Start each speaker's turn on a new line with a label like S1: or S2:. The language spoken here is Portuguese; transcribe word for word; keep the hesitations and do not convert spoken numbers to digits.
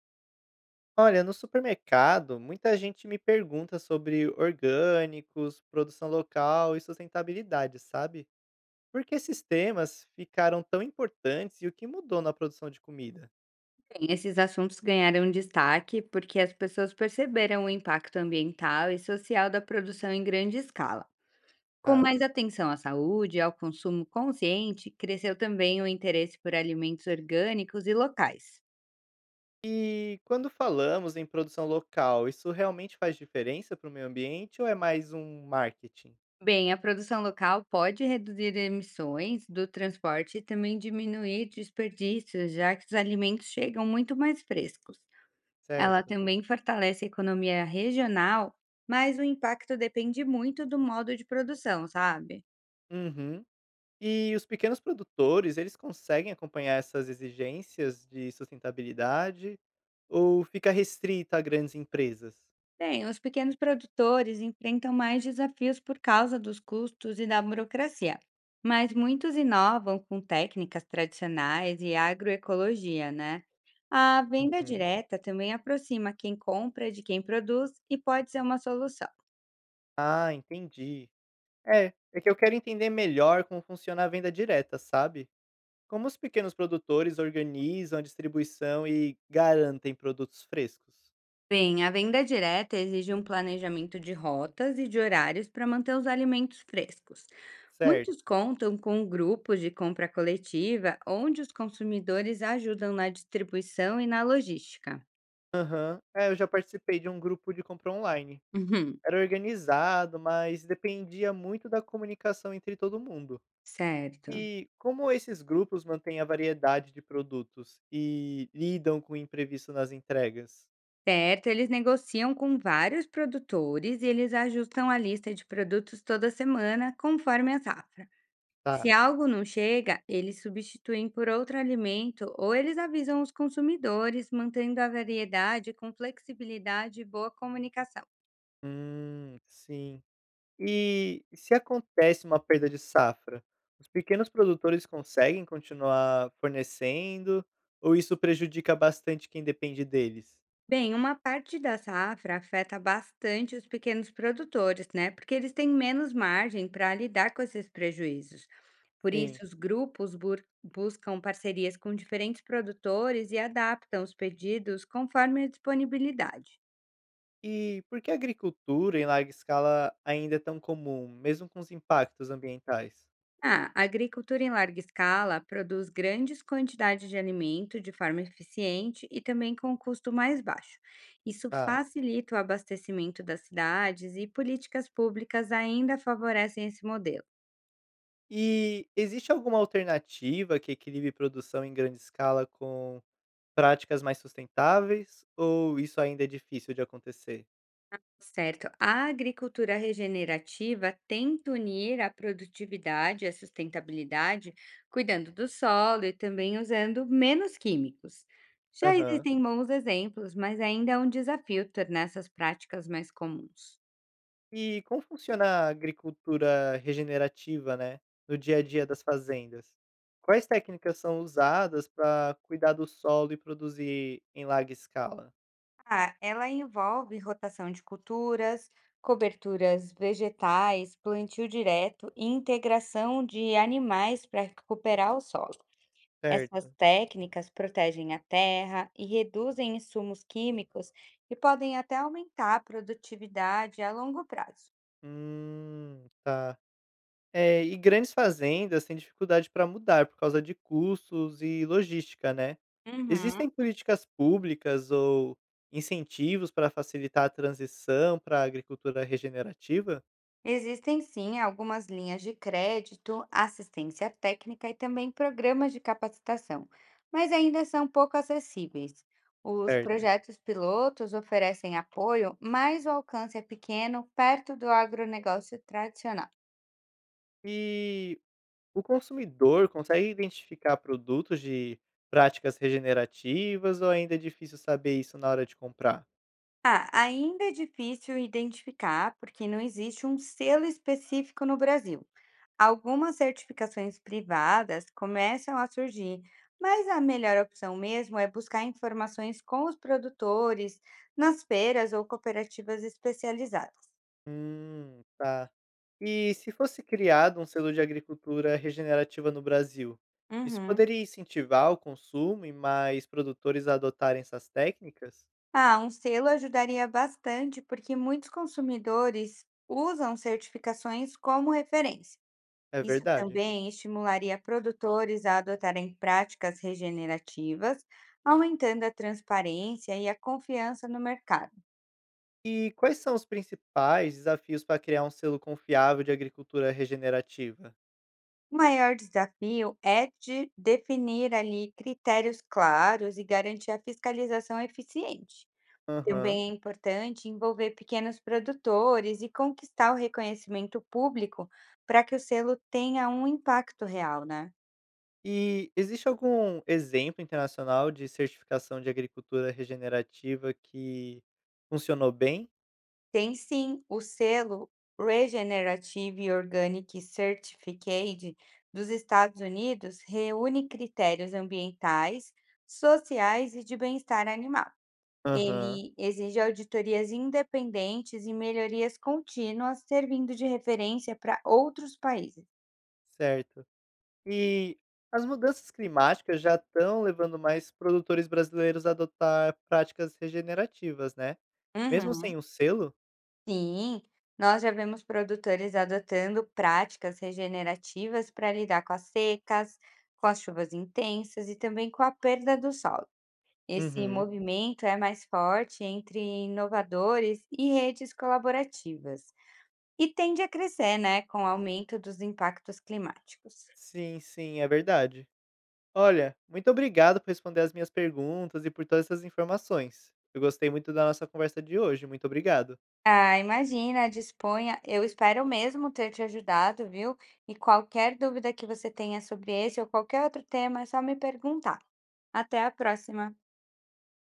S1: Olha, no supermercado, muita gente me pergunta sobre orgânicos, produção local e sustentabilidade, sabe? Por que esses temas ficaram tão importantes e o que mudou na produção de comida?
S2: Bem, esses assuntos ganharam destaque porque as pessoas perceberam o impacto ambiental e social da produção em grande escala. Com
S1: Ah,
S2: mais atenção à saúde e ao consumo consciente, cresceu também o interesse por alimentos orgânicos e locais.
S1: e quando falamos em produção local, isso realmente faz diferença para o meio ambiente ou é mais um marketing,
S2: Bem, a produção local pode reduzir emissões do transporte e também diminuir desperdícios, já que os alimentos chegam muito mais frescos. Ela
S1: certo?
S2: também fortalece a economia regional, mas o impacto depende muito do modo de produção, sabe?
S1: Uhum. E os pequenos produtores, eles conseguem acompanhar essas exigências de sustentabilidade ou fica restrito a grandes empresas?
S2: Bem, os pequenos produtores enfrentam mais desafios por causa dos custos e da burocracia, mas muitos inovam com técnicas tradicionais e agroecologia, né? A venda
S1: Uhum.
S2: direta também aproxima quem compra de quem produz e pode ser uma solução.
S1: Ah, entendi. É, é que eu quero entender melhor como funciona a venda direta, sabe? Como os pequenos produtores organizam a distribuição e garantem produtos frescos.
S2: Bem, a venda direta exige um planejamento de rotas e de horários para manter os alimentos frescos.
S1: Certo.
S2: Muitos contam com grupos de compra coletiva, onde os consumidores ajudam na distribuição e na logística.
S1: Aham. É, eu já participei de um grupo de compra online.
S2: Uhum.
S1: Era organizado, mas dependia muito da comunicação entre todo mundo.
S2: Certo.
S1: E como esses grupos mantêm a variedade de produtos e lidam com o imprevisto nas entregas?
S2: Certo, eles negociam com vários produtores e eles ajustam a lista de produtos toda semana, conforme a safra. Se
S1: Tá.
S2: algo não chega, eles substituem por outro alimento ou eles avisam os consumidores, mantendo a variedade com flexibilidade e boa comunicação.
S1: Hum, sim. E se acontece uma perda de safra, os pequenos produtores conseguem continuar fornecendo ou isso prejudica bastante quem depende deles?
S2: Bem, uma parte da safra afeta bastante os pequenos produtores, né? Porque eles têm menos margem para lidar com esses prejuízos. Por
S1: Sim.
S2: isso, os grupos bur- buscam parcerias com diferentes produtores e adaptam os pedidos conforme a disponibilidade.
S1: E por que a agricultura em larga escala ainda é tão comum, mesmo com os impactos ambientais?
S2: Ah, a agricultura em larga escala produz grandes quantidades de alimento de forma eficiente e também com um custo mais baixo. Isso
S1: Tá.
S2: facilita o abastecimento das cidades e políticas públicas ainda favorecem esse modelo.
S1: E existe alguma alternativa que equilibre produção em grande escala com práticas mais sustentáveis ou isso ainda é difícil de acontecer?
S2: Certo, a agricultura regenerativa tenta unir a produtividade e a sustentabilidade, cuidando do solo e também usando menos químicos. Já
S1: Aham.
S2: existem bons exemplos, mas ainda é um desafio tornar essas práticas mais comuns.
S1: E como funciona a agricultura regenerativa, né, no dia a dia das fazendas? Quais técnicas são usadas para cuidar do solo e produzir em larga escala,
S2: Ah, ela envolve rotação de culturas, coberturas vegetais, plantio direto e integração de animais para recuperar o solo. Essas
S1: certo?
S2: técnicas protegem a terra e reduzem insumos químicos e podem até aumentar a produtividade a longo prazo.
S1: Hum, tá. É, e grandes fazendas têm dificuldade para mudar por causa de custos e logística, né? Existem
S2: Uhum.
S1: políticas públicas ou incentivos para facilitar a transição para a agricultura regenerativa,
S2: Existem sim algumas linhas de crédito, assistência técnica e também programas de capacitação, mas ainda são pouco acessíveis. Os
S1: certo?
S2: projetos pilotos oferecem apoio, mas o alcance é pequeno perto do agronegócio tradicional.
S1: E o consumidor consegue identificar produtos de práticas regenerativas ou ainda é difícil saber isso na hora de comprar?
S2: Ah, ainda é difícil identificar, porque não existe um selo específico no Brasil. Algumas certificações privadas começam a surgir, mas a melhor opção mesmo é buscar informações com os produtores, nas feiras ou cooperativas especializadas.
S1: Hum, tá. E se fosse criado um selo de agricultura regenerativa no Brasil, isso
S2: Uhum.
S1: poderia incentivar o consumo e mais produtores a adotarem essas técnicas?
S2: Ah, um selo ajudaria bastante, porque muitos consumidores usam certificações como referência.
S1: É
S2: Isso
S1: verdade.
S2: também estimularia produtores a adotarem práticas regenerativas, aumentando a transparência e a confiança no mercado.
S1: E quais são os principais desafios para criar um selo confiável de agricultura regenerativa?
S2: O maior desafio é de definir ali critérios claros e garantir a fiscalização eficiente.
S1: Aham.
S2: Também é importante envolver pequenos produtores e conquistar o reconhecimento público para que o selo tenha um impacto real, né?
S1: E existe algum exemplo internacional de certificação de agricultura regenerativa que funcionou bem?
S2: Tem sim o selo Regenerative Organic Certificate dos Estados Unidos reúne critérios ambientais, sociais e de bem-estar animal.
S1: Aham,
S2: Ele exige auditorias independentes e melhorias contínuas, servindo de referência para outros países.
S1: certo. E as mudanças climáticas já estão levando mais produtores brasileiros a adotar práticas regenerativas, né? Mesmo
S2: Uhum.
S1: sem o selo?
S2: Sim, nós já vemos produtores adotando práticas regenerativas para lidar com as secas, com as chuvas intensas e também com a perda do solo. Esse
S1: Uhum.
S2: movimento é mais forte entre inovadores e redes colaborativas e tende a crescer, né, com o aumento dos impactos climáticos.
S1: Sim, sim, é verdade. Olha, muito obrigado por responder as minhas perguntas e por todas essas informações. Eu gostei muito da nossa conversa de hoje. Muito obrigado.
S2: Ah, imagina, disponha. Eu espero mesmo ter te ajudado, viu? E qualquer dúvida que você tenha sobre esse ou qualquer outro tema, é só me perguntar. Até a próxima.